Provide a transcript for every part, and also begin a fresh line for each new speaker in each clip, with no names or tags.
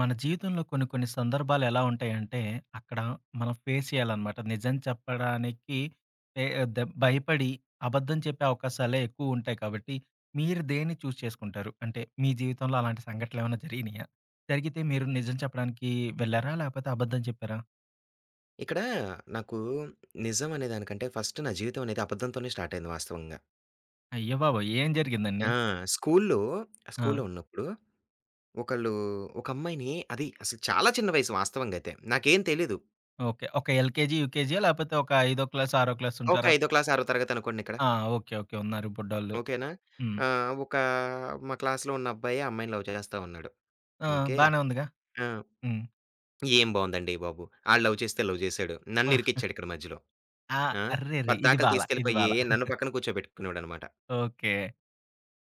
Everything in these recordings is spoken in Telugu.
మన జీవితంలో కొన్ని కొన్ని సందర్భాలు ఎలా ఉంటాయంటే, అక్కడ మనం ఫేస్ చేయాలనమాట. నిజం చెప్పడానికి ఎ ద భయపడి అబద్ధం చెప్పే అవకాశాలే ఎక్కువుంటాయి కాబట్టి, మీరు దేన్ని చూజ్ చేసుకుంటారు? అంటే మీ జీవితంలో అలాంటి సంఘటనలేమైనా జరిగినాయా? జరిగితే మీరు నిజం చెప్పడానికి వెళ్లారా? లేకపోతే అబద్ధం చెప్పారా?
ఇక్కడ నాకు నిజం అనే దానికంటే ఫస్ట్ నా జీవితం అనేది అబద్ధంతోనే స్టార్ట్ అయింది వాస్తవంగా.
అయ్య బాబోయ్! ఏం జరిగిందండి?
ఆ! స్కూలులో
ఆ!
స్కూలులో ఉన్నప్పుడు ఒకళ్ళు ఒక అమ్మాయిని, అది అసలు చాలా చిన్న వయసు వాస్తవంగా అయితే. నాకేం తెలీదు.
ఓకే. ఒక ఎల్‌కేజీ, యూకేజీయా? లేకపోతే ఒక ఐదో క్లాస్, ఆరో క్లాస్
ఒక
ఉంటారా?
ఐదో క్లాస్, ఆరో తరగతి అనుకోండి ఇక్కడ.
ఆ! ఓకే. ఓకే. ఉన్నారు బుడ్డోళ్ళు.
ఓకేనా?
హ్మ్.
ఆహ్, ఒక మా క్లాస్‌లో ఉన్న అబ్బాయి ఆ అమ్మాయిని లవ్ చేస్తా ఉన్నాడు.
ఆ!
ఓకే.
బానే ఉందిగా.
ఆ!
హ్మ్.
ఏం బావుందండి బాబు! ఆడు లవ్ చేస్తే లవ్ చేసాడు. నన్ను ఇరికిచ్చాడు ఇక్కడ మధ్యలో.
ఆ!
ఆ!
అర్రెరే! ఇది
పద్దాకల
బాల. ఇది
తీసుకెళ్ళిపోయి
బాల.
నన్ను పక్కన కూర్చోబెట్టుకునేవాడనమాట.
ఓకే.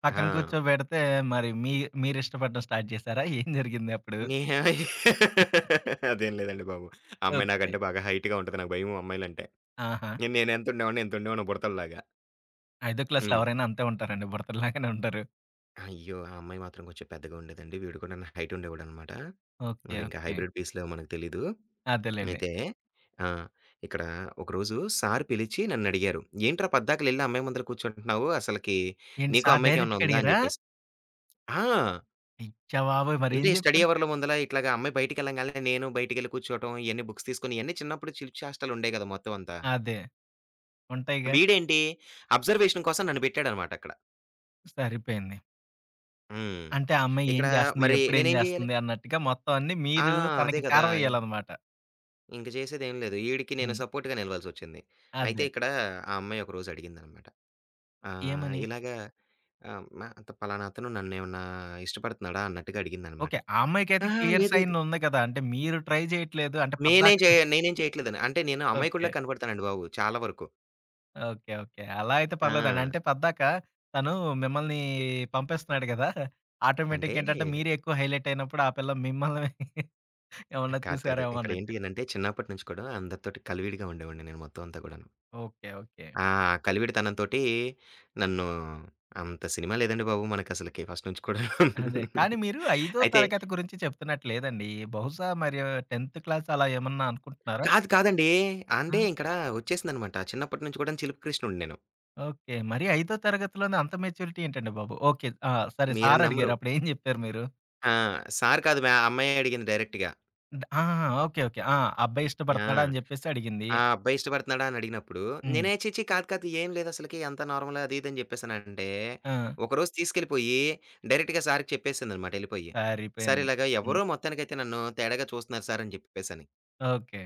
పక్కన
ఆ!
కూర్చోబెడితే మరి మీ మీరిష్టపడడం స్టార్ట్ చేసారా? ఏం జరిగింది అప్పుడు?
నేహా అదేం లేదండి బాబు. ఆ అమ్మాయి
ఓకే.
నాకంటే బాగా హైట్‌గా ఉంటది. నాకు భయం అమ్మాయిలంటే.
ఆహా!
నేనెంతుండేవాడినో బుడతల్లాగా.
ఐదో క్లాస్‌లో
హ్మ్.
ఎవరైనా అంతే ఉంటారండి. బుడతల్లాగానే ఉంటారు.
అయ్యో! ఆ అమ్మాయి మాత్రం కొంచెం పెద్దగా ఉండేదండి. వీడు కూడా నా హైట్ ఉండేవాడనమాట.
ఓకే.
మరింకా
ఓకే.
హైబ్రిడ్ పీస్‌లో మనకు తెలీదు.
అదేలెండి.
అయితే ఆ! ఇక్కడ ఒకరోజు సార్ పిలిచి నన్నడిగారు. "ఏంట్రా పద్దాకలెళ్లి ఆ అమ్మాయి ముందల కూర్చుంటున్నావు? అసలకి
ఏంటి
నీకు ఆ
సార్
అమ్మాయికేమన్నా
డైరెక్ట్‌గా
ఉందా?" అని
అడిగారా?
జెప్పేసి. ఆ!
అయ్య బాబోయ్! మరేం
అంటే స్టడీ
చెప్పారు?
అవర్‌లో ముందల ఇట్లాగా అమ్మాయి బయటికెళ్ళంగాల్నే నేను బయటికెళ్ళి కూర్చోవటం, ఇయన్నీ బుక్స్ తీసుకొని ఇయన్నీ చిన్నప్పుడు చిలిపి చేష్టలుండేయి గదా! మొత్తం అంతా.
అదే. ఉంటాయిగా.
వీడేంటి అబ్జర్వేషన్ కోసం నన్ను బెట్టాడనమాట అక్కడ.
సరిపోయింది.
హ్మ్.
అంటే ఆ అమ్మాయి ఏం
ఇక్కడ
చేస్తుంది?
మరి
ఎప్పుడేం
నేనేం జేయాలి?
చేస్తుంది? అన్నట్టుగా మొత్తం అన్నీ
ఆ!
మీరు
అదే
తనకి
గదా!
చేరవేయాలన్నమాట.
ఇంక చేసేదేం లేదు. ఈడికి నేను
హ్మ్.
సపోర్ట్‌గా నిలవాల్సొచ్చింది. అయితే
అదే.
ఇక్కడ ఆ అమ్మాయి ఒకరోజు అడిగిందనమాట. ఆహ్,
ఏమని?
ఇలాగా ఆహ్, మ "అత పలానా అతను నన్నేమన్నా ఇష్టపడుతున్నాడా?" అన్నట్టుగా అడిగిందనమాట.
ఓకే. ఆ అమ్మాయికైతే
"అహా!
క్లియర్
లేదు
సైన్
లేదు.
ఉంది కదా! అంటే మీరు ట్రై చేయట్లేదు. అంటే పద్దాక
నేనేం చేయట్లేదని." అంటే నేను
ఓకే.
అమాయకుడిలా కనపడతానండి బాబు చాలా వరకు.
ఓకే. ఓకే. అలా అయితే పర్లేదండి.
ఆ!
అంటే పద్దాక తను మిమ్మల్ని పంపేస్తున్నాడు గదా!
అంటే
ఆటోమేటిక్‌గా ఏంటంటే మీరే ఎక్కువ హైలైట్ అయినప్పుడు ఆ పిల్ల మిమ్మల్ని ఏమన్నా
కాదు, కాదు.
చూసారేమో అన్నట్టు.
ఇక్కడేంటి అనంటే చిన్నప్పటి నుంచి కూడా అందరితోటి కలివిడిగా ఉండేవాడిని నేను మొత్తం అంతా కూడాను.
ఓకే. ఓకే.
ఆ కలివిడితనంతోటి నన్ను అంత సినిమా లేదండి బాబు! మనకసలకి ఫస్ట్ నుంచి కూడా.
అదే. కానీ మీరు ఐదో
అయితే
తరగతి గురించి చెప్తున్నట్టు లేదండి. బహుశా మరి 10th క్లాస్ అలా ఏమన్నా అనుకుంటున్నారా?
కాదు, కాదండి.
ఆ!
అంటే ఇక్కడ వచ్చేసిందనమాట. చిన్నప్పటి నుంచి కూడా చిలిపి కృష్ణుడిని నేను.
ఓకే. మరి ఐదో తరగతిలోనే అంత మెచ్యూరిటీ ఏంటండి బాబు? ఓకే. ఆ! సరే
మీరు
సార్ అడిగారు.
నమ్మరు.
అప్పుడు ఏం చెప్పారు మీరు?
ఆ! సార్ కాదు మ్యా అమ్మాయే అడిగింది డైరెక్ట్‌గా.
ఆ! ఓకే. ఓకే. ఆ! అబ్బాయి
ఆ!
ఇష్టపడుతున్నాడా అని జెప్పేసి అడిగింది.
ఆ అబ్బాయి ఇష్టపడుతున్నాడా అని అడిగినప్పుడు,
హ్మ్.
నేనే ఛీ! ఛీ! కాదు కాదు ఏం లేదసలకి అంతా నార్మలే అది ఇది అని జెప్పేసనంటే,
ఆ!
ఒకరోజు తీసుకెళ్ళిపోయి డైరెక్ట్‌గా సార్‌కి చెప్పేసిందనమాట ఎళ్ళిపోయి. సార్
సరిపోయింది.
ఇలాగ
హ్మ్.
ఎవరో మొత్తానికైతే నన్ను తేడాగా చూస్తున్నారు సార్ అని జెప్పేసని.
ఓకే.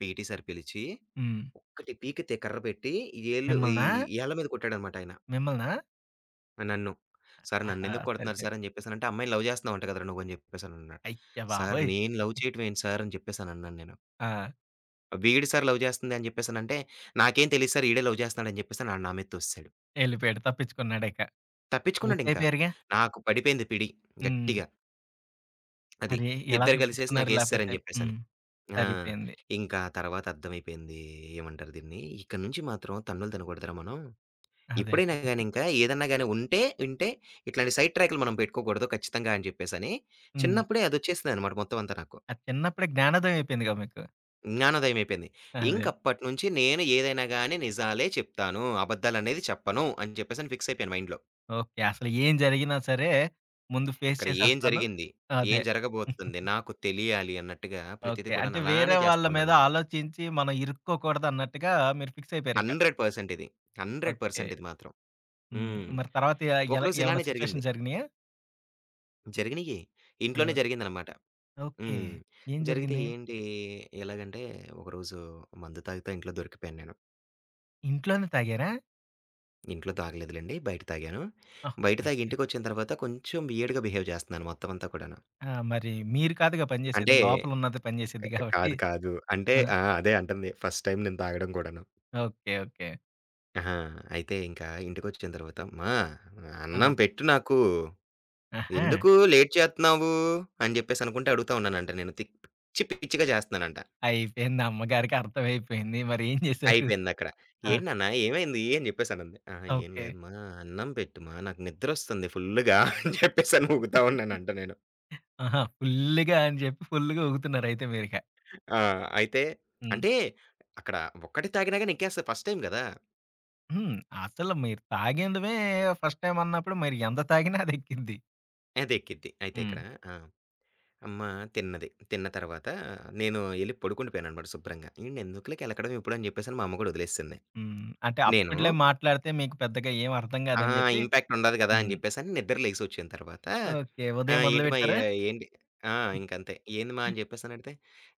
పీటీ సార్ పిలిచి
హ్మ్.
ఒక్కటి పీకితే కర్ర పెట్టి ఈ
మిమ్మల్నా?
ఏళ్ళ మీద కొట్టాడనమాట ఆయన
మిమ్మల్నా?
నన్ను. సార్
ఆహా!
నన్నెందుకు కొడుతున్నారు
సరిపోయింది.
సార్ అని జెప్పేసనంటే, అమ్మాయిని లవ్ జేస్తున్నావంట కదరా నువ్వు అని జెప్పేసనన్నాడు.
అయ్య
సార్
బాబోయ్!
నేను లవ్ చేయటం ఏంటి సార్ అని జెప్పేసనన్నాను నేను.
ఆ!
వీడు సార్ లవ్ చేస్తుంది అని చెప్పేసనంటే, నాకేం తెలీదు సార్ ఈడే లవ్ చేస్తున్నాడు అని చెప్పేసి నా నా మీద తోసేసాడు.
ఎళ్ళిపోయాడు. తప్పించుకున్నాడిక. బుక్
తప్పించుకున్నాడింకా.
అయిపోయారుగా.
నాకు పడిపోయింది పిడి
హ్మ్.
గట్టిగా. అది.
మరి ఎలా
ఇద్దరు కలిసేసి
తప్పించుకున్నారు లేపోతే?
నాకేసేసారని చెప్పేసని.
హ్మ్.
ఆ!
సరిపోయింది.
ఇంకా తర్వాత అర్థమైపోయింది. ఏమంటారు దీన్ని, ఇక్కడి నుంచి మాత్రం తన్నులు తినకూడదురా మనం.
అదే.
ఎప్పుడైనా గాని ఇంకా ఏదన్నా గాని ఉంటే ఉంటే ఇట్లాంటి సైడ్ ట్రాక్‌లు మనం పెట్టుకోకూడదు ఖచ్చితంగా అని చెప్పేసని,
హ్మ్.
చిన్నప్పుడే అదొచ్చేసిందనమాట మొత్తం అంతా నాకు.
అది చిన్నప్పుడే జ్ఞానోదయం అయిపోయిందిగా మీకు.
జ్ఞానోదయం అయిపోయింది.
అదే.
ఇంకప్పటినుంచి నేను ఏదైనా గాని నిజాలే చెప్తాను. అబద్దాలనేది చెప్పను అని చెప్పేసని ఫిక్స్ అయిపోయాను మైండ్‌లో.
ఓకే. అసలు ఏం జరిగినా సరే ముందు ఫేస్
ఇక్కడ ఏం
చేసేస్తాను.
జరిగింది? ఏం
అదే.
జరగబోతుంది? నాకు తెలియాలి అన్నట్టుగా
ఓకే.
ప్రతీది
అంటే
కూడాను
వేరే
అలానే
వాళ్ళ
చేస్తా
మీద
ఉన్నాననమాట.
ఆలోచించి మనం ఇరుక్కోకూడదు అన్నట్టుగా మీరు ఫిక్స్ అయిపోయారిక.
100% ఇది.
ఓకే.
100% ఇది మాత్రం.
హ్మ్.
హ్మ్.
మరి తర్వాత ఎలా
ఒకరోజు
ఏమన్నా
ఇలానే జరిగింది.
సిట్యుయేషన్ జరిగినాయా?
జరిగినియి.
ఆ!
ఇంట్లోనే జరిగిందనమాట.
ఓకే.
హ్మ్.
ఏం
జరిగితే
జరిగింది?
ఏంటి? ఎలాగంటే ఒకరోజు మందు తాగుతా ఇంట్లో దొరికిపోయాను నేను.
ఇంట్లోనే తాగారా?
ఇంట్లో తాగలేదులెండి. బయట తాగాను. బయట
ఓకే.
తాగి
ఓకే.
ఇంటికొచ్చిన తర్వాత కొంచెం వియర్డ్‌గా బిహేవ్ చేస్తున్నాను మొత్తం అంతా కూడాను.
ఆ! మరి మీరు కాదుగా పని చేసేది.
అంటే
లోపలున్నది పని చేసేది కాబట్టి.
కాదు, కాదు. అంటే
ఆ!
ఆ! అదే అంటుంది. ఫస్ట్ టైమ్ నేను తాగడం కూడాను.
ఓకే. ఓకే.
ఆహా! అయితే ఇంకా ఇంటికొచ్చిన తర్వాత, "అమ్మా!
ఆ!
అన్నం పెట్టు నాకు.
ఆహా!
ఎందుకు లేట్ చేత్తున్నావు?" అని చెప్పేసి అనుకుంటే అడుగుతా ఉన్నానంట నేను. పిచ్చి పిచ్చిగా చేస్తున్నానంట.
అయిపోయింది. అమ్మగారికి అర్థమైపోయింది. మరి ఏం చేశారు?
అయిపోయిందక్కడ.
ఆ!
"ఏంటి నాన్న ఏమైంది?" అని చెప్పేసనంది. "ఆహా! ఏం
ఓకే.
లేదుమా. అన్నం పెట్టుమా. నాకు నిద్రొస్తుంది ఫుల్లుగా" అని చెప్పేసని ఊగుతా ఉన్నానంట నేను.
ఆహా! ఫుల్లుగా అని చెప్పి ఫుల్లుగా ఊగుతున్నారయితే మీరిక.
ఆ! అయితే
హ్మ్.
అంటే అక్కడ ఒక్కటి తాగినా గాని ఎక్కేస్తది ఫస్ట్ టైమ్ గదా!
హ్మ్. అసలు మీరు తాగిందే ఫస్ట్ టైమ్ అన్నప్పుడు మరి ఎంత తాగినా అదెక్కిద్ది.
అదెక్కిద్ది. అయితే
హ్మ్.
ఇక్కడ ఆ! అమ్మ తిన్నది. తిన్న తర్వాత నేను ఎళ్లి పడుకుండిపోయాననమాట శుభ్రంగా. "ఈడనెందుకులే కెలకడం ఇప్పుడు" అని జెప్పేసని మా అమ్మ గూడా వదిలేసేసింది.
హ్మ్. అంటే
నేను
అప్పట్లో మాట్లాడితే మీకు పెద్దగా ఏం అర్థం
ఆ!
కాదని చెప్పి
ఇంపాక్ట్ ఉండదు గదా! అని
హ్మ్.
జెప్పేసని నిద్ర లెగిసొచ్చిన తర్వాత
ఓకే.
ఆ!
ఉదయం
"ఏంటి మా ఏ
మొదలుపెట్టారా?
ఏంటి" ఆ! ఇంకంతే. "ఏంది మా" అని జెప్పేసనడిగితే,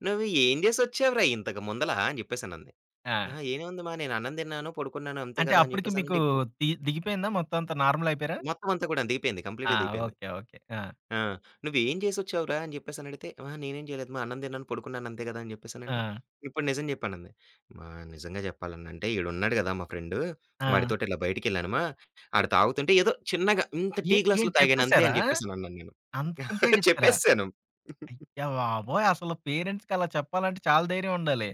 "నువ్వు ఏం జేసొచ్చావురా ఇంతకు ముందల" అని జెప్పేసనంది.
ఆ!
"అహా! ఏముంది మా నేను అన్నం తిన్నాను, పడుకున్నాను అంతే
అంటే
గదా!" అని
అప్పటికి మీకు
జెప్పేసనంటే,
దిగిపోయిందా? మొత్తం అంతా నార్మల్ అయిపోయారా?
మొత్తం అంతా గూడా దిగిపోయింది.
ఆ!
కంప్లీట్‌గా దిగిపోయింది.
ఓకే. ఓకే. ఆ!
ఆ! "నువ్వేం జేసొచ్చావురా?" అని జెప్పేసనడిగితే, "అహా! నేనేం జేయలేదు. మా అన్నం తిన్నాను, పడుకున్నాను అంతే గదా!" అని జెప్పేసనంటే,
ఆ!
"ఇప్పుడు నిజం జెప్పనంది." మా నిజంగా జెప్పాలనంటే ఈడున్నాడు గదా మా ఫ్రెండు,
ఆ!
వాడితోటి ఇలా బయటికెళ్ళానుమా, ఆడు తాగుతుంటే ఏదో చిన్నగా ఇంత టీ గ్లాస్‌లో
ఏంటి
తాగాను అంతే
చెప్పేసారా?
అని జెప్పేసానన్నాను నేను.
అంత సింపుల్‌గా చెప్పేసారా?
చెప్పేసేసాను.
అయ్య బాబోయ్! అసలు పేరెంట్స్‌కి అలా చెప్పాలంటే చాలా ధైర్యం ఉండాలి.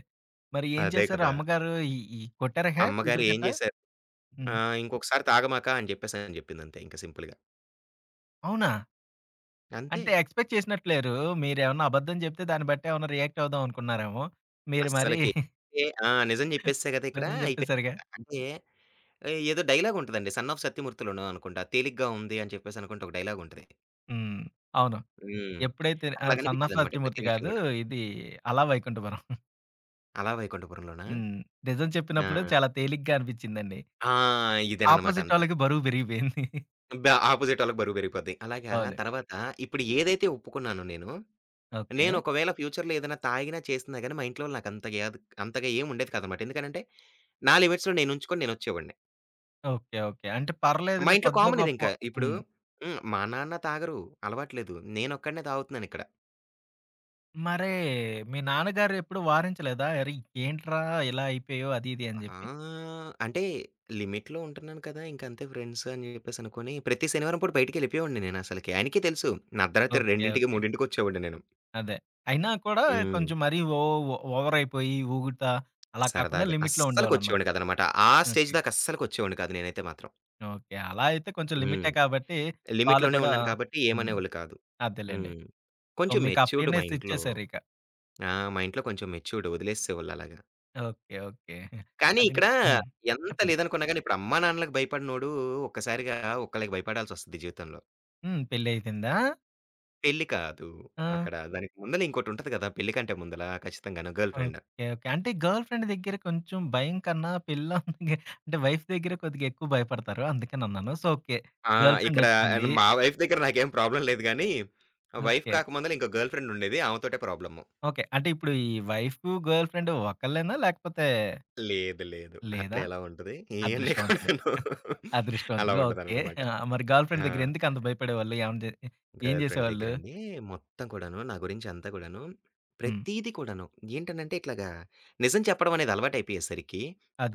మరి ఏం
అదే
చేశారు?
కదా!
అమ్మగారు ఈ ఈ కొట్టారా ఇక?
అమ్మగారు
చీపురు
ఏం
కట్ట?
జేశారు,
హ్మ్.
"ఆహ్, ఇంకొకసారి తాగమాక" అని జెప్పేసని జెప్పిందంతే ఇంక సింపుల్‌గా.
అవునా?
అంతే.
అంటే ఎక్స్‌పెక్ట్ చేసినట్టు లేరు. మీరేమన్నా అబద్ధం చెప్తే దాన్ని బట్టి ఏమన్నా రియాక్ట్ అవుదాం అనుకున్నారేమో! మీరు మరి
అస్సలకి ఏ ఆ! నిజం జెప్పేసా గదా ఇక్కడ
నిజం చెప్పేసారుగా.
అయిపోయిందింక. అంటే ఏ ఏదో డైలాగ్ ఉంటదండి. 'సన్ ఆఫ్ సత్యమూర్తి'లోనో అనుకుంటా. 'తేలిగ్గా ఉంది' అని చెప్పేసి అనుకుంట ఒక డైలాగ్ ఉంటది.
హ్మ్. అవును.
హ్మ్.
ఎప్పుడైతే ఆహ్, 'సన్ ఆఫ్
అట్లాగనిపించేదనమాట ప్రతి
సాస్త్రిమూర్తి'
విషయం
కాదు.
గూడాను.
ఇది 'అల వైకుంఠపురం.'
'అలా వైకుంఠపురంలోనా?'
హ్మ్. నిజం చెప్పినప్పుడు
ఆ!
చాలా తేలిగ్గా అనిపించిందండి.
ఆ! ఇదేననమాట
అపోజిట్
అంతా.
వాళ్ళకి బరువు పెరిగిపోయింది.
బ ఆపోజిట్ ఆళ్ళకి బరువు పెరిగిపోద్ది. అలాగా
అవును.
తర్వాత ఇప్పుడు ఏదైతే ఒప్పుకున్నానో నేను,
ఓకే.
నేను ఒకవేళ ఫ్యూచర్‌లో ఏదైనా తాగినా, చేసినా గాని మా ఇంట్లో వాళ్ళు నాకు అంతగా ఏం ఉండేది కాదనమాట. ఎందుకనంటే, నా లిమిట్స్‌లో నేనుంచుకొని నేనొచ్చేవాడిని.
ఓకే. ఓకే. అంటే
మా
పర్లేదులే
ఇంట్లో
కొద్దో
కామన్
గొప్పో
ఇదింకా. ఇప్పుడు
హ్మ్.
హ్మ్. మా నాన్న తాగరు, అలవాట్లేదు. నేనొక్కడినే తాగుతున్నానిక్కడ.
మరే మీ నాన్నగారు ఎప్పుడు వారించలేదా? "అరె! ఏంట్రా ఇలా అయిపోయావు" అది ఇది అని
ఆ!
చెప్పి?
అంటే లిమిట్‌లో ఉంటున్నాను కదా! ఇంకంతే ఫ్రెండ్స్ అని చెప్పేసి అనుకోని, ప్రతి శనివారం పూట బయటికెళ్ళిపోయేవాడిని నేనసలకి. ఆయనకే తెలుసు. నా అర్ధరాత్రి
ఓకే.
2:00,
ఓకే.
3:00కొచ్చేవాడిని నేను.
అదే. అయినా కూడా
హ్మ్.
కొంచెం మరీ ఓ ఓ ఓవరైపోయి ఊగుతా, అలా కాకుండా
సరదాగా.
లిమిట్‌లో ఉండేవాళ్ళనమాట.
అస్సలకొచ్చేవాడిని కాదనమాట. ఆ స్టేజ్
ఓకే.
దాకా అస్సలకొచ్చేవాడిని కాదు నేనైతే మాత్రం.
ఓకే. అలా అయితే కొంచెం
హ్మ్.
లిమిటే కాబట్టి వాళ్ళు
లిమిట్‌లోనే
కూడా
ఉన్నాను కాబట్టి
హ్మ్.
ఏమనేవాళ్ళు కాదు.
అదేలెండి.
హ్మ్.
సో,
కొంచెం
మీకు ఆ
మెచ్యూర్డ్ మా
ఫ్రీనెస్
ఇంట్లో.
ఇచ్చేసారిక.
మా ఇంట్లో కొంచెం మెచ్యూర్డ్ వదిలేసేసేవాళ్ళు అలాగా.
ఓకే. ఓకే.
కానీ
అది
ఇక్కడ
హ్మ్.
ఎంత
చెప్పండి.
లేదనుకున్నా గాని, ఇప్పుడు అమ్మానాన్నలకు భయపడినోడు ఒక్కసారిగా ఒక్కళ్ళకి భయపడాల్సొస్తది జీవితంలో.
హ్మ్. పెళ్లయిపోయిందా?
పెళ్లి కాదు.
ఆ!
అక్కడ దానికి ముందల ఇంకోటుంటది గదా! పెళ్లి కంటే ముందల ఖచ్చితంగాను గర్ల్
ఓకే.
ఫ్రెండ్.
ఓకే. అంటే గర్ల్ ఫ్రెండ్ దగ్గర కొంచెం భయం కన్నా పెళ్ళాం దగ్గర అంటే వైఫ్ దగ్గర కొద్దిగా ఎక్కువ భయపడతారు. అందుకనన్నాను. So, okay.
ఆ!
గర్ల్
ఇక్కడ అండ్
ఫ్రెండొచ్చింది.
మా వైఫ్ దగ్గర నాకేం ప్రాబ్లమ్ లేదు గానీ, వైఫ్
ఓకే.
కాక ముందల ఇంకో గర్ల్ ఫ్రెండ్ ఉండేది. ఆమెతోటే ప్రాబ్లము.
ఓకే. అంటే ఇప్పుడు ఈ వైఫు, గర్ల్ ఫ్రెండ్ ఒకళ్ళేనా? లేకపోతే
లేదు లేదు.
లేదా?
అట్లా ఎలా ఉంటది? ఇయన్నీ
అదృష్టవంతులు.
కూడాను అలా
అదృష్టవంతులు. ఓకే.
ఉండదనమాట.
ఆ! మరి గర్ల్
ఆ!
ఫ్రెండ్ దగ్గర ఎందుకంత భయపడేవాళ్ళు? ఏమన్నా జే ఏం
గర్ల్ ఫ్రెండ్
జేసేవాళ్ళు?
దగ్గరండి మొత్తం కూడాను నా గురించి అంతా కూడాను
హ్మ్.
ప్రతీది కూడాను ఏంటనంటే ఇట్లాగా నిజం చెప్పడం అనేది అలవాటైపోయేసరికి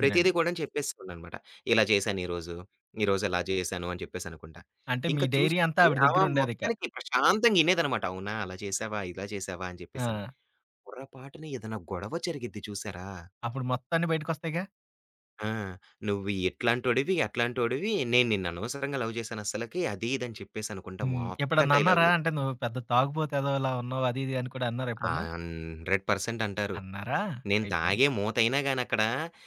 ప్రతీది కూడా చెప్పేస్తుందనమాట. ఇలా చేశాను ఈరోజు, ఈరోజు ఇలా చేశాను అని చెప్పేసి అనుకుంటా.
అంటే మీ
ఇంకా
డైరీ అంతా
చూస్తే
ఆవిడ
ఆమె
దగ్గరుండేదిక.
మొత్తానికి ప్రశాంతంగా ఇనేదనమాట. అవునా! అలా చేశావా? ఇలా చేశావా? అని
ఆ!
చెప్పేసని. పొరపాటున ఏదైనా గొడవ జరిగిద్ది చూసారా!
అప్పుడు మొత్తాన్ని బయటకొస్తాయిగా?
ఆ! "నువ్వు ఇట్లాంటోడివి, అట్లాంటోడివి, నేను నిన్ను అనవసరంగా లవ్ చేశాను అస్సలకి" అది ఇది అని చెప్పేసి అనుకుంటా
హ్మ్.
మొత్తం
ఎప్పుడన్నా అన్నారా?
డైలాగులు.
అంటే నువ్వు పెద్ద తాగుబోతు ఎదవలా ఉన్నావు అది ఇది అని కూడా అన్నారా ఎప్పుడన్నా?
100% అంటారు.
అన్నారా?
నేను
అయిపోయింది.
తాగే మూతయినా గాని అక్కడ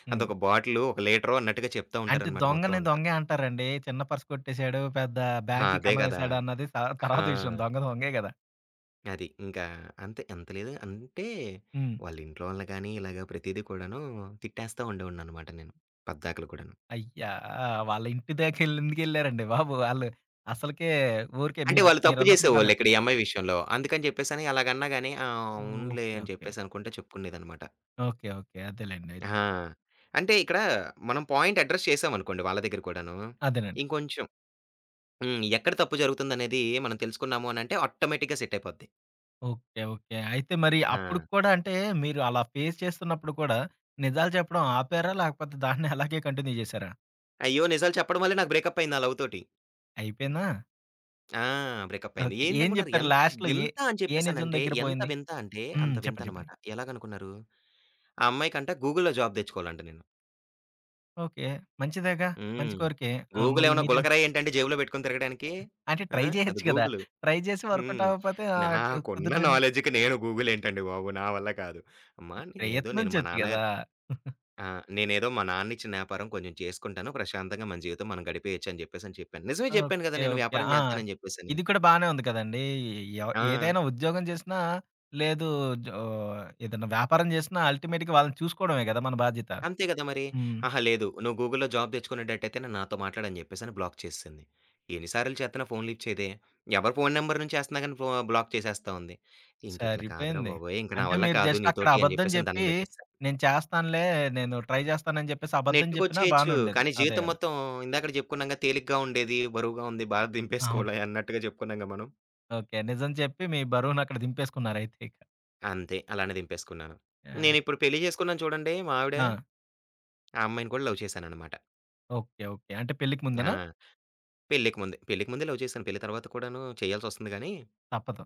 హ్మ్.
అదొక బాటిలు, ఒక లీటరో అన్నట్టుగా చెప్తా
అంటే
ఉంటారనమాట మొత్తం
దొంగని
అంతా.
దొంగే అంటారండి. చిన్న పర్స్ కొట్టేసాడు, పెద్ద బ్యాంక్‌కి
అదే
కన్నం
కదా!
ఏసాడు అన్నది
ఆ!
తర్వాత విషయం. దొంగ దొంగే గదా!
అది. ఇంకా అంతే. ఎంత లేదు అంటే
హ్మ్.
వాళ్ళ ఇంట్లో వాళ్ళని గాని ఇలాగ ప్రతీదీ కూడాను తిట్టేస్తా ఉండేవాడిననమాట నేను పద్దాకలు కూడాను.
అయ్యా! వాళ్ళ ఇంటి దాకెళ్ళి ఎందుకెళ్లారండి బాబు! ఆళ్ళు అసలకే ఊరికే
అంటే
మీరు
వాళ్ళు తప్పు
మీరన్నప్పుడు బానే
చేసేవాళ్ళు ఇక్కడ ఈ అమ్మాయి విషయంలో. అందుకని చెప్పేసని అలాగన్నా గాని "ఆ! అవునులే"
ఓకే.
అని
ఓకే.
చెప్పేసి అనుకుంట చెప్పుకునేదనమాట.
ఓకే. ఓకే. అదేలెండి అయితే.
ఆ! అంటే ఇక్కడ మనం పాయింట్ అడ్రెస్ చేసామనుకోండి వాళ్ళ దగ్గర కూడాను.
అదేనండి.
ఇంకొంచెం హ్మ్. ఎక్కడ తప్పు జరుగుతుందనేది మనం తెలుసుకున్నాము అనంటే ఆటోమేటిక్‌గా సెట్ అయిపోద్ది.
ఓకే. ఓకే. అయితే మరి
ఆ!
అప్పుడుకి కూడా అంటే మీరు అలా ఫేస్ చేస్తున్నప్పుడు కూడా నిజాలు చెప్పడం ఆపారా? లేకపోతే దాన్ని అలాగే కంటిన్యూ చేశారా?
అయ్యో! నిజాలు చెప్పడం వల్లే నాకు బ్రేకప్ అయింది నా లవ్ తోటి.
అయిపోయిందా?
ఆ! బ్రేకప్ అయింది.
ఓకే. ఏం
ఏంటనుకుంటున్నారు?
చెప్పారు
ఎంత
లాస్ట్‌లో ఏ
వింత అని
ఏ నిజం
చెప్పేసనంటే
దగ్గర
ఎంత
పోయింది?
వింత అంటే
హ్మ్.
అంత వింత
చెప్పండి.
అన్నమాట.
చెప్పండి.
ఎలాగనుకున్నారు? ఆ అమ్మాయికంట గూగుల్‌లో జాబ్ తెచ్చుకోవాలంట నేను.
ఓకే. మంచిదేగా. మంచి
హ్మ్.
కోరికే. ఆ!
గూగుల్
మరి
ఏమన్నా
మీరేం
గులకరాయి ఏంటండి జేబులో పెట్టుకొని తిరగడానికి?
అంటే
ఆ!
ట్రై
అది
చేయొచ్చు కదా!
గూగుల్.
ట్రై చేసి వర్కౌట్
హ్మ్.
అవ్వకపోతే ఆహ్, కు
నాకున్న
కుదిరిం
నాలెడ్జ్‌కి నేను గూగుల్ ఏంటండి బాబు! నా వల్ల కాదు. అమ్మా నేనేదో నేను మా
ప్రయత్నించొచ్చు
నాన్న
గదా!
ఆ! నేనేదో మా నాన్నిచ్చిన వ్యాపారం కొంచెం చేసుకుంటాను. ప్రశాంతంగా మన జీవితం మనం గడిపేయొచ్చు అని జెప్పేసని చెప్పాను. నిజమే జెప్పాను
ఓకే.
గదా! నేను
ఓకే.
వ్యాపారం
ఆ!
జేత్తానని జెప్పేసని.
ఇది కూడా బానే ఉంది కదండీ! ఎవ
ఆ!
ఏదైనా ఉద్యోగం చేసినా, లేదు జో ఏదైనా వ్యాపారం చేసినా అల్టిమేట్‌గా వాళ్ళని చూసుకోవడమే గదా! మన బాధ్యత.
అంతే గదా! మరి.
హ్మ్.
అహా! లేదు. నువ్వు గూగుల్‌లో జాబ్ తెచ్చుకునేటట్టయితేనే నాతో మాట్లాడని జెప్పేసని బ్లాక్ చేసేసింది. ఎన్ని సార్లు చేత్తనా ఫోన్‌లు లిఫ్ట్ చేయదే. ఎవరి ఫోన్ నంబర్ నుంచి చేస్తున్నా గాని బ్లాక్ చేసేస్తా ఉంది. ఇంకిట్లా కాదురా
సరిపోయింది.
బాబోయ్! ఇంక నా
అంటే
వల్ల
మీరు
కాదు
జస్ట్ అక్కడ
నీతోటి అని
అబద్ధం
జెప్పేసని
జెప్పి,
దండం బెట్టేసా.
నేను చేస్తానులే, నేను ట్రై చేస్తానని జెప్పేసి అబద్ధం జెప్పినా
నెట్టుకొచ్చేయొచ్చు.
బానే ఉండేది.
కానీ
అదే
జీవితం
గదా!
మొత్తం ఇందాకడ జెప్పుకున్నాంగా తేలిగ్గా ఉండేది, బరువుగా ఉంది, భారం
అవును.
దింపేసుకోవడమే అన్నట్టుగా జెప్పుకున్నాంగా మనం.
ఓకే. నిజం చెప్పి మీ బరువునక్కడ దింపేసుకున్నారయితే ఇక.
అంతే. అలానే దింపేసుకున్నాను.
యాహ్!
నేనిప్పుడు పెళ్లి చేసుకున్నాను చూడండి మా ఆవిడ,
ఆ!
ఆ అమ్మాయిని కూడా లవ్ చేశాననమాట.
ఓకే. ఓకే. అంటే పెళ్ళికి ముందనా?
ఆ! పెళ్ళికి ముందే. పెళ్ళికి ముందే లవ్ చేశాను. పెళ్లి తర్వాత కూడాను చేయాల్సొస్తుంది గానీ,
తప్పదు.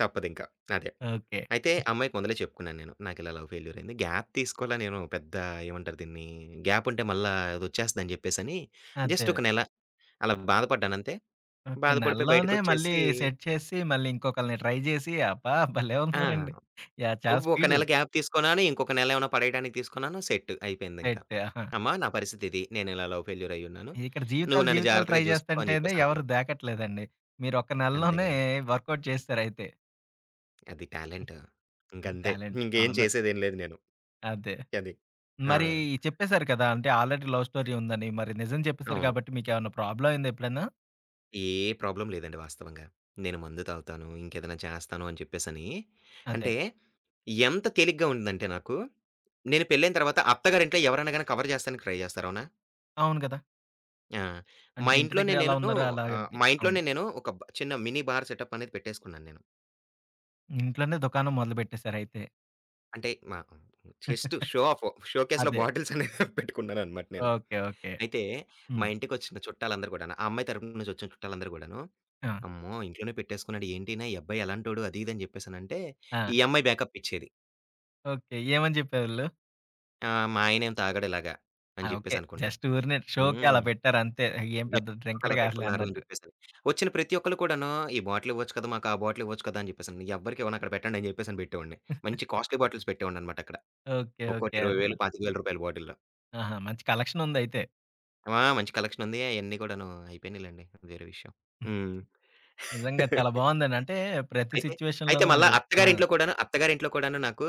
తప్పదింక. అదే.
ఓకే.
అయితే అమ్మాయికి మొదలే చెప్పుకున్నాను నేను. నాకిలా లవ్ ఫెయిల్యూర్ అయింది. గ్యాప్ తీసుకోలా నేను పెద్ద ఏమంటారు దీన్ని, గ్యాపుంటే మళ్ళా అదొచ్చేస్తదని చెప్పేసని,
అదే.
జస్ట్ ఒక నెల అలా బాధపడ్డానంతే.
ఓకే.
బాధపడిపోయి
నెలలోనే మళ్ళీ
బయటకొచ్చేసి
సెట్ చేసి, మళ్ళీ ఇంకొకళ్ళని ట్రై జేసి, అబ్బా! భలే ఉన్నారండి.
ఆ!
యాహ్! చాలా
ఒక
స్పీడు.
నెల గ్యాప్ తీసుకున్నాను. ఇంకొక నెల ఏమైనా పడేయడానికి తీసుకున్నాను. సెట్ అయిపోయిందింక.
సెట్. ఆహా!
అమ్మా! నా పరిస్థితి ఇది. నేను ఇలా లవ్ ఫెయిల్యూర్ అయ్యున్నాను.
ఇక్కడ
నువ్వు
జీవితాలు,
నన్ను
జీవితాలు ట్రై
జాగ్రత్తగా చూసుకో అని
జేస్తంటేనే
చెప్పేసి
ఎవరు
అనుకున్నాం.
దాకట్లేదండి. మీరు ఒక్క
అంతే
నెలలోనే
కదా!
వర్కౌట్ చేసేసారయితే.
అది టాలెంట్.
అది
ఇంకంతే.
టాలెంట్.
ఇంకేం
అవును.
చేసేదేం లేదు నేను.
అదే.
అది. ఆ!
మరి చెప్పేసారు కదా! అంటే ఆల్రెడీ లవ్ స్టోరీ ఉందని. మరి నిజం చెప్పేసారు
అవును.
కాబట్టి మీకేమన్నా ప్రాబ్లమ్ అయిందా ఎప్పుడైనా?
ఏ ప్రాబ్లమ్ లేదండి వాస్తవంగా. నేను మందు తాగుతాను. ఇంకేదైనా చేస్తాను అని చెప్పేసని.
అదే.
అంటే ఎంత తేలిగ్గా ఉందంటే నాకు, నేను పెళ్ళైన తర్వాత అత్తగారింట్లో ఎవరైనా గాని కవర్ జేస్తానికి ట్రై జేస్తారు. అవునా?
అవును గదా!
ఆ! మా
అంటే ఇంటి దగ్గర
ఇంట్లోనే
ఎలా
నేను
ఉన్నారో
ఆహ్,
అలాగంతే.
మా
అవును.
ఇంట్లోనే నేను ఒక చిన్న మినీ బార్ సెటప్ అనేది పెట్టేసుకున్నాను నేను.
ఇంట్లోనే దుకాణం మొదలుపెట్టేసారయితే.
అంటే మా జస్ట్ షో ఆఫ్ షోకేస్‌లో
అదే.
బాటిల్స్ అనేవి పెట్టుకున్నాననమాట నేను.
ఓకే. ఓకే.
అయితే మా
హ్మ్.
ఇంటికొచ్చిన చుట్టాలందరూ కూడాను, ఆ అమ్మాయి తరపు నుంచి వచ్చిన చుట్టాలందరూ కూడాను,
ఆ!
"అమ్మో! ఇంట్లోనే పెట్టేసుకున్నాడు ఏంటినా ఈ అబ్బాయి ఎలాంటోడు" అది ఇది అని చెప్పేసనంటే,
ఆ!
ఈ అమ్మాయి బ్యాకప్ ఇచ్చేది.
ఓకే. ఏమని జెప్పేవాళ్ళు?
"ఆ! మా ఆయనేం తాగడు ఇలాగా"
ఆ!
అని
ఓకే.
చెప్పేసనుకుంటా.
జస్ట్ ఊరినే షోకి అలా
హ్మ్.
పెట్టారంతే. ఏం పెద్ద
జనాలు
డ్రింకర్
అలా
కాదులే
పెట్టుకున్నారు అని
అన్నట్టు.
చెప్పేసని. వచ్చిన ప్రతి ఒక్కళ్ళు కూడాను, "ఈ బాటిల్ ఇవ్వచ్చు కదా! మాకు ఆ బాటిల్ ఇవ్వచ్చు కదా!" అని చెప్పేసని. ఎవ్వరికి ఇవ్వను అక్కడ పెట్టండి అని చెప్పేసని పెట్టేవాడిని. మంచి కాస్ట్‌లీ బాటిల్స్ పెట్టేవాడిననమాట అక్కడ.
ఓకే. ఓకే.
ఒక్కోటి 20,000,
అదండి.
25,000 రూపాయల బాటిల్లు.
ఆహా! మంచి కలెక్షనుందయితే.
మంచి కలెక్షన్ ఉంది. అయన్నీ కూడాను అయిపోయినాయిలెండి. అది వేరే విషయం. హ్మ్.
నిజంగా చాలా బావుందండి. అంటే ప్రతి
అయితే, అయితే
సిట్యుయేషన్‌లోనూ
మళ్ళా
మీరు ఆ!
అత్తగారింట్లో కూడాను, అత్తగారింట్లో కూడాను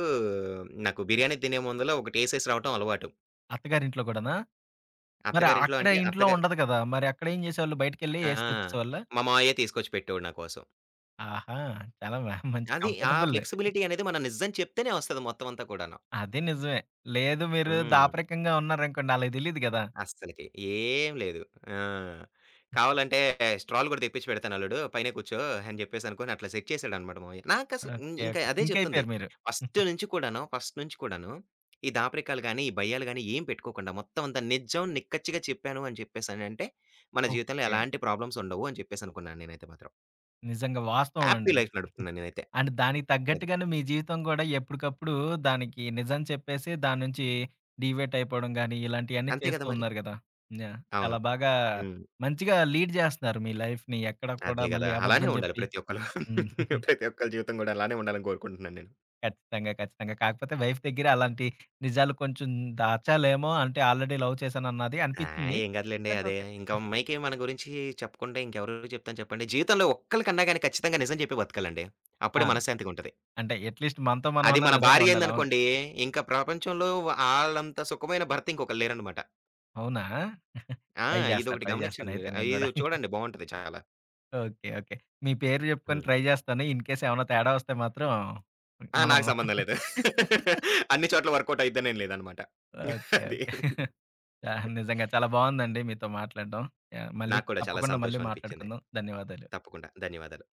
నాకు బిర్యానీ తినే ముందులో ఒకటేసేసి రావటం అలవాటు.
అత్తగారింట్లో గూడానా? మరి
అత్తగారింట్లో
అక్కడ
అంటే
ఇంట్లో
అత్తగారు
ఉండదు కదా! మరి అక్కడేం జేసేవాళ్ళు? బయటికెళ్ళి
ఆ!
ఏసి వచ్చేసేవాళ్ళా?
మా మావయ్య తీసుకొచ్చి పెట్టేవాడు నా కోసం.
ఆహా! చాలా మ మంచి
అది ఆ
కంఫర్టబుల్.
ఫ్లెక్సిబిలిటీ అనేది మనం నిజం చెప్తేనే వస్తది మొత్తం అంతా కూడాను.
అది నిజమే. లేదు మీరు
హ్మ్.
దాపరికంగా ఉన్నారనుకోండి ఆళ్ళకి తెలీదు గదా!
అస్సలకి. ఏం లేదు. ఆ! కావాలంటే స్ట్రాలు గూడా తెప్పించి పెడతాను అల్లుడు. పైనే కూర్చో అని జెప్పేసనుకోని అట్లా సెట్ చేసాడనమాట మావయ్య. నాకసలు హ్మ్.
ఓకే.
ఇంకా
ఓకే.
అదే చెప్తుంది.
సింకయిపోయారు మీరు.
ఫస్ట్ నుంచి కూడాను, ఫస్ట్ నుంచి కూడాను ఈ దాపరికాలు గాని, ఈ భయ్యాలు గాని ఏం పెట్టుకోకుండా మొత్తం అంతా నిజం నిక్కచ్చిగా చెప్పాను అని చెప్పేసనంటే, మన జీవితంలో
ఓకే.
ఎలాంటి ప్రాబ్లమ్స్ ఉండవు అని చెప్పేసనుకున్నాను నేనైతే మాత్రం.
నిజంగా వాస్తవం
హ్యాపీ
అండి.
లైఫ్ నడుపుతున్నాను నేనైతే.
అండ్ దానికి
అది.
తగ్గట్టుగానే మీ జీవితం గూడా ఎప్పటికప్పుడు దానికి నిజం చెప్పేసి దాని నుంచి డీవియేట్ అయిపోవడం గాని, ఇలాంటియన్నీ
అంతే
చేస్తూ
గదా మరి.
ఉన్నారు గదా! యాహ్! చాలా
అవును.
బాగా
హ్మ్.
మంచిగా లీడ్ జేస్తున్నారు మీ లైఫ్‌ని. ఎక్కడ కూడా
అదే గదా!
మళ్ళీ
అలానే
అబద్ధం
ఉండాలి
జెప్పి.
ప్రతి ఒక్కళ్ళు.
హ్మ్.
ప్రతి ఒక్కళ్ళ జీవితం గూడా అలానే ఉండాలని కోరుకుంటున్నాను నేను.
ఖచ్చితంగా. ఖచ్చితంగా. కాకపోతే వైఫ్ దగ్గర అలాంటి నిజాలు కొంచెం దాచాలేమో అంటే ఆల్రెడీ లవ్ చేశానన్నది
ఆ!
అనిపిచ్చింది.
ఏం కాదులెండి
బట్
అదే.
ఓకే.
ఇంకా అమ్మాయికి మన గురించి చెప్పుకుంటే ఇంకెవరు చెప్తాను చెప్పండి. జీవితంలో ఒక్కళ్ళకన్నా గాని ఖచ్చితంగా నిజం చెప్పి బతకాలండి.
ఆ!
అప్పుడే మనశ్శాంతిగా ఉంటది.
అంటే అట్‌లీస్ట్ మనతో
అది
మనమన్నా
మన
నిజంగా
భార్య
ఉండాలి. అవును.
అయిందనుకోండి, ఇంకా ప్రపంచంలో ఆళ్ళంత సుఖమైన భర్త ఇంకొకళ్ళు లేరనమాట.
అవునా?
ఆ!
ట్రై జేస్తా.
ఇదొకటి
ట్రై జేస్తాను
గమనించండి
అయితే
మీరు.
నేను గూడా.
ఇది చూడండి బావుంటది చాలా.
ఓకే. ఓకే. మీ పేరు జెప్పుకొని
హ్మ్.
ట్రై జేస్తాను. ఇన్ కేస్ ఏమన్నా తేడా వస్తే మాత్రం మనం
నాకు సంబంధం లేదు. అన్ని చోట్ల వర్కౌట్ అయిద్దనేం లేదనమాట.
ఓకే.
అది.
ఓకే. యాహ్! నిజంగా చాలా బావుందండి మీతో మాట్లాడడం. యాహ్! మళ్ళీ
నాకు కూడా చాలా
తప్పకుండా మళ్ళీ
సంతోషం అనిపించింది.
మాట్లాడుకుందాం. ధన్యవాదాలు.
తప్పకుండా. ధన్యవాదాలు.